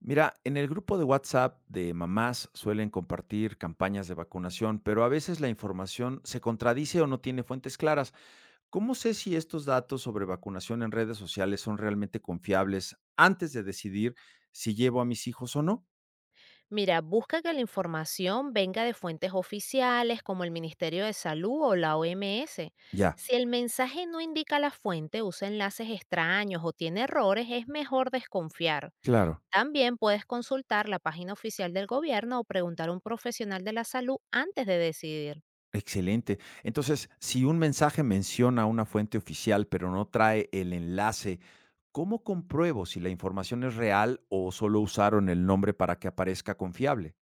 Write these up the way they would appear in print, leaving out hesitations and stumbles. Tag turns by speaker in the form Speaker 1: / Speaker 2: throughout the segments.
Speaker 1: Mira, en el grupo de WhatsApp de mamás suelen compartir campañas de vacunación, pero a veces la información se contradice o no tiene fuentes claras. ¿Cómo sé si estos datos sobre vacunación en redes sociales son realmente confiables antes de decidir si llevo a mis hijos o no?
Speaker 2: Mira, busca que la información venga de fuentes oficiales como el Ministerio de Salud o la OMS.
Speaker 1: Ya,
Speaker 2: Si el mensaje no indica la fuente, usa enlaces extraños o tiene errores, es mejor desconfiar.
Speaker 1: claro.
Speaker 2: También puedes consultar la página oficial del gobierno o preguntar a un profesional de la salud antes de decidir.
Speaker 1: Excelente. Entonces, si un mensaje menciona una fuente oficial, pero no trae el enlace, ¿cómo compruebo si la información es real o solo usaron el nombre para que aparezca confiable?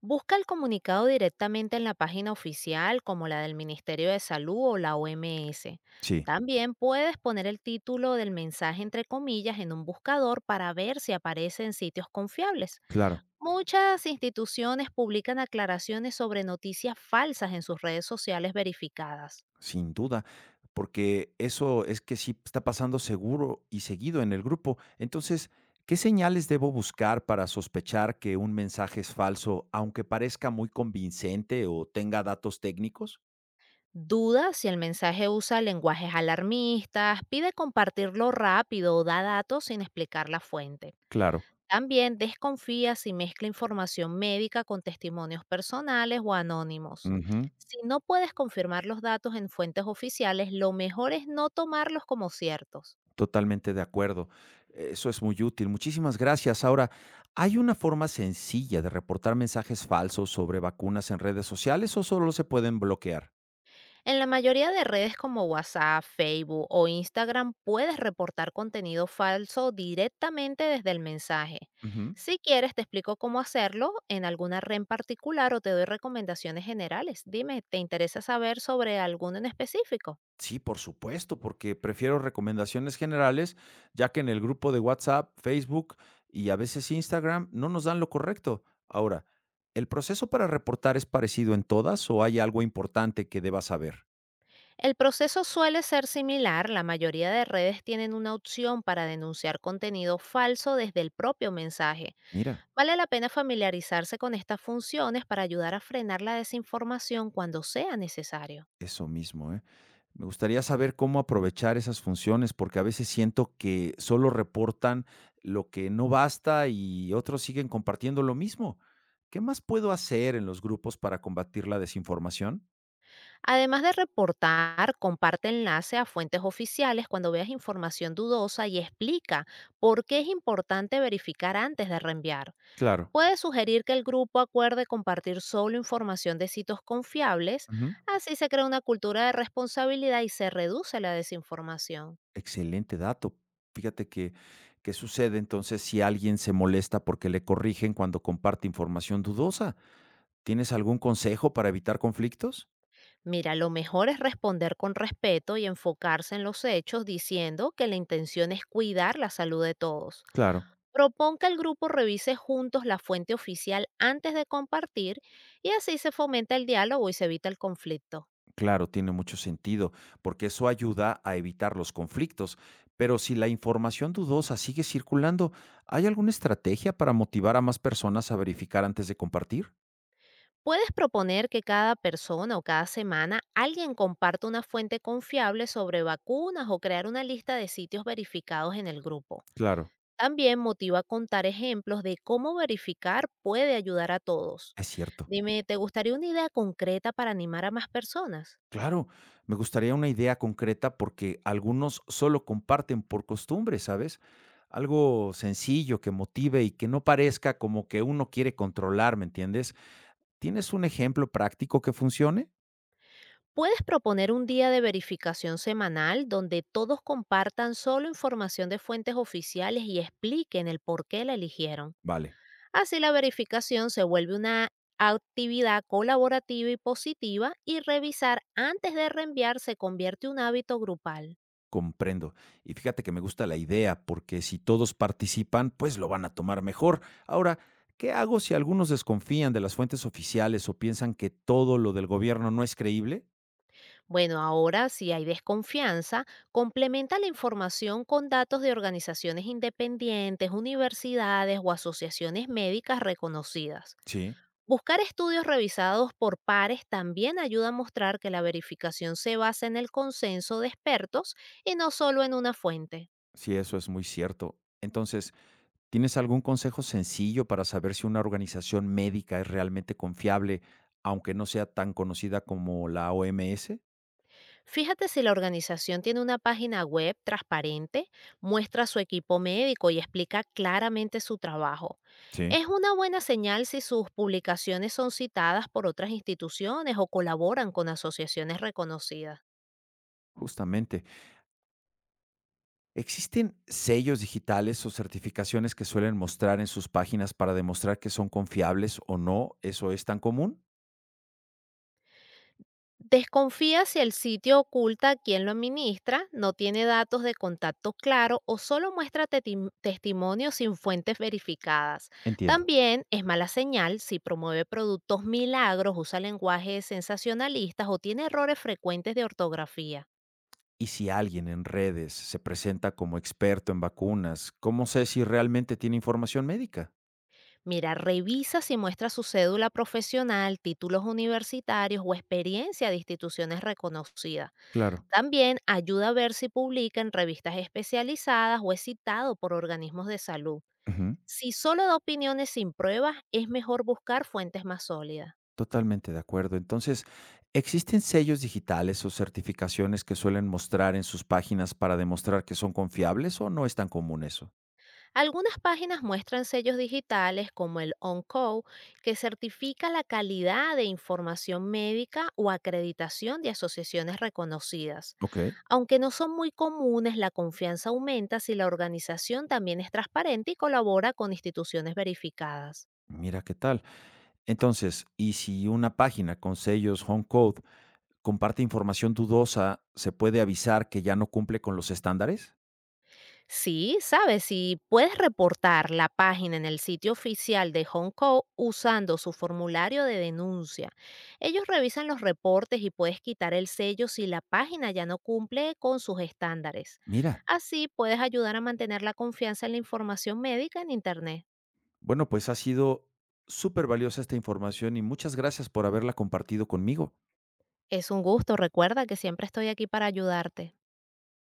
Speaker 2: Busca el comunicado directamente en la página oficial como la del Ministerio de Salud o la OMS.
Speaker 1: Sí,
Speaker 2: También puedes poner el título del mensaje entre comillas en un buscador para ver si aparece en sitios confiables.
Speaker 1: claro.
Speaker 2: Muchas instituciones publican aclaraciones sobre noticias falsas en sus redes sociales verificadas.
Speaker 1: Sin duda, porque eso es que sí está pasando seguro y seguido en el grupo. Entonces, ¿qué señales debo buscar para sospechar que un mensaje es falso, aunque parezca muy convincente o tenga datos técnicos?
Speaker 2: Duda si el mensaje usa lenguajes alarmistas, pide compartirlo rápido o da datos sin explicar la fuente.
Speaker 1: Claro.
Speaker 2: También desconfía si mezcla información médica con testimonios personales o anónimos.
Speaker 1: Ujú,
Speaker 2: Si no puedes confirmar los datos en fuentes oficiales, lo mejor es no tomarlos como ciertos.
Speaker 1: totalmente de acuerdo. Eso es muy útil. Muchísimas gracias. Ahora, ¿hay una forma sencilla de reportar mensajes falsos sobre vacunas en redes sociales o solo se pueden bloquear?
Speaker 2: En la mayoría de redes como WhatsApp, Facebook o Instagram puedes reportar contenido falso directamente desde el mensaje.
Speaker 1: Ujú.
Speaker 2: Si quieres, te explico cómo hacerlo en alguna red en particular o te doy recomendaciones generales. Dime, ¿te interesa saber sobre alguno en específico?
Speaker 1: Sí, por supuesto, porque prefiero recomendaciones generales, ya que en el grupo de WhatsApp, Facebook y a veces Instagram no nos dan lo correcto. Ahora, ¿el proceso para reportar es parecido en todas o hay algo importante que deba saber?
Speaker 2: El proceso suele ser similar, la mayoría de redes tienen una opción para denunciar contenido falso desde el propio mensaje.
Speaker 1: Mira,
Speaker 2: Vale la pena familiarizarse con estas funciones para ayudar a frenar la desinformación cuando sea necesario.
Speaker 1: eso mismo, ¿eh? Me gustaría saber cómo aprovechar esas funciones, porque a veces siento que solo reportan lo que no basta y otros siguen compartiendo lo mismo. ¿Qué más puedo hacer en los grupos para combatir la desinformación?
Speaker 2: Además de reportar, comparte enlace a fuentes oficiales cuando veas información dudosa y explica por qué es importante verificar antes de reenviar.
Speaker 1: Claro.
Speaker 2: Puede sugerir que el grupo acuerde compartir solo información de sitios confiables,
Speaker 1: Ujú.
Speaker 2: así se crea una cultura de responsabilidad y se reduce la desinformación.
Speaker 1: Excelente dato. Fíjate que, ¿qué sucede entonces si alguien se molesta porque le corrigen cuando comparte información dudosa? ¿Tienes algún consejo para evitar conflictos?
Speaker 2: Mira, lo mejor es responder con respeto y enfocarse en los hechos diciendo que la intención es cuidar la salud de todos.
Speaker 1: Claro,
Speaker 2: Propón que el grupo revise juntos la fuente oficial antes de compartir y así se fomenta el diálogo y se evita el conflicto.
Speaker 1: claro, tiene mucho sentido, porque eso ayuda a evitar los conflictos. Pero si la información dudosa sigue circulando, ¿hay alguna estrategia para motivar a más personas a verificar antes de compartir?
Speaker 2: Puedes proponer que cada persona o cada semana alguien comparta una fuente confiable sobre vacunas o crear una lista de sitios verificados en el grupo.
Speaker 1: Claro,
Speaker 2: También motiva a contar ejemplos de cómo verificar puede ayudar a todos.
Speaker 1: es cierto.
Speaker 2: Dime, ¿te gustaría una idea concreta para animar a más personas?
Speaker 1: Claro, me gustaría una idea concreta porque algunos solo comparten por costumbre, ¿sabes? Algo sencillo que motive y que no parezca como que uno quiere controlar, ¿me entiendes? ¿Tienes un ejemplo práctico que funcione?
Speaker 2: Puedes proponer un día de verificación semanal donde todos compartan solo información de fuentes oficiales y expliquen el por qué la eligieron.
Speaker 1: Vale,
Speaker 2: Así la verificación se vuelve una actividad colaborativa y positiva y revisar antes de reenviar se convierte en un hábito grupal.
Speaker 1: comprendo. Y fíjate que me gusta la idea porque si todos participan, pues lo van a tomar mejor. Ahora, ¿qué hago si algunos desconfían de las fuentes oficiales o piensan que todo lo del gobierno no es creíble?
Speaker 2: Bueno, ahora si hay desconfianza, complementa la información con datos de organizaciones independientes, universidades o asociaciones médicas reconocidas.
Speaker 1: Sí,
Speaker 2: Buscar estudios revisados por pares también ayuda a mostrar que la verificación se basa en el consenso de expertos y no solo en una fuente.
Speaker 1: sí, eso es muy cierto. Entonces, ¿tienes algún consejo sencillo para saber si una organización médica es realmente confiable, aunque no sea tan conocida como la OMS?
Speaker 2: Fíjate si la organización tiene una página web transparente, muestra su equipo médico y explica claramente su trabajo.
Speaker 1: Sí.
Speaker 2: Es una buena señal si sus publicaciones son citadas por otras instituciones o colaboran con asociaciones reconocidas.
Speaker 1: Justamente, ¿existen sellos digitales o certificaciones que suelen mostrar en sus páginas para demostrar que son confiables o no? ¿Eso es tan común?
Speaker 2: Desconfía si el sitio oculta a quién lo administra, no tiene datos de contacto claro o solo muestra testimonios sin fuentes verificadas.
Speaker 1: Entiendo.
Speaker 2: También es mala señal si promueve productos milagros, usa lenguajes sensacionalistas o tiene errores frecuentes de ortografía.
Speaker 1: Y si alguien en redes se presenta como experto en vacunas, ¿cómo sé si realmente tiene información médica?
Speaker 2: Mira, revisa si muestra su cédula profesional, títulos universitarios o experiencia de instituciones reconocidas.
Speaker 1: Claro.
Speaker 2: También ayuda a ver si publica en revistas especializadas o es citado por organismos de salud.
Speaker 1: Ujú.
Speaker 2: Si solo da opiniones sin pruebas, es mejor buscar fuentes más sólidas.
Speaker 1: Totalmente de acuerdo. Entonces, ¿existen sellos digitales o certificaciones que suelen mostrar en sus páginas para demostrar que son confiables o no es tan común eso?
Speaker 2: Algunas páginas muestran sellos digitales como el OnCo, que certifica la calidad de información médica o acreditación de asociaciones reconocidas.
Speaker 1: Ok.
Speaker 2: Aunque no son muy comunes, la confianza aumenta si la organización también es transparente y colabora con instituciones verificadas.
Speaker 1: Mira qué tal. Entonces, ¿y si una página con sellos Home Code comparte información dudosa, se puede avisar que ya no cumple con los estándares?
Speaker 2: Sí, sabes, si puedes reportar la página en el sitio oficial de Hong Kong usando su formulario de denuncia. Ellos revisan los reportes y puedes quitar el sello si la página ya no cumple con sus estándares.
Speaker 1: Mira,
Speaker 2: Así puedes ayudar a mantener la confianza en la información médica en Internet.
Speaker 1: bueno, pues ha sido súper valiosa esta información y muchas gracias por haberla compartido conmigo.
Speaker 2: Es un gusto, recuerda que siempre estoy aquí para ayudarte.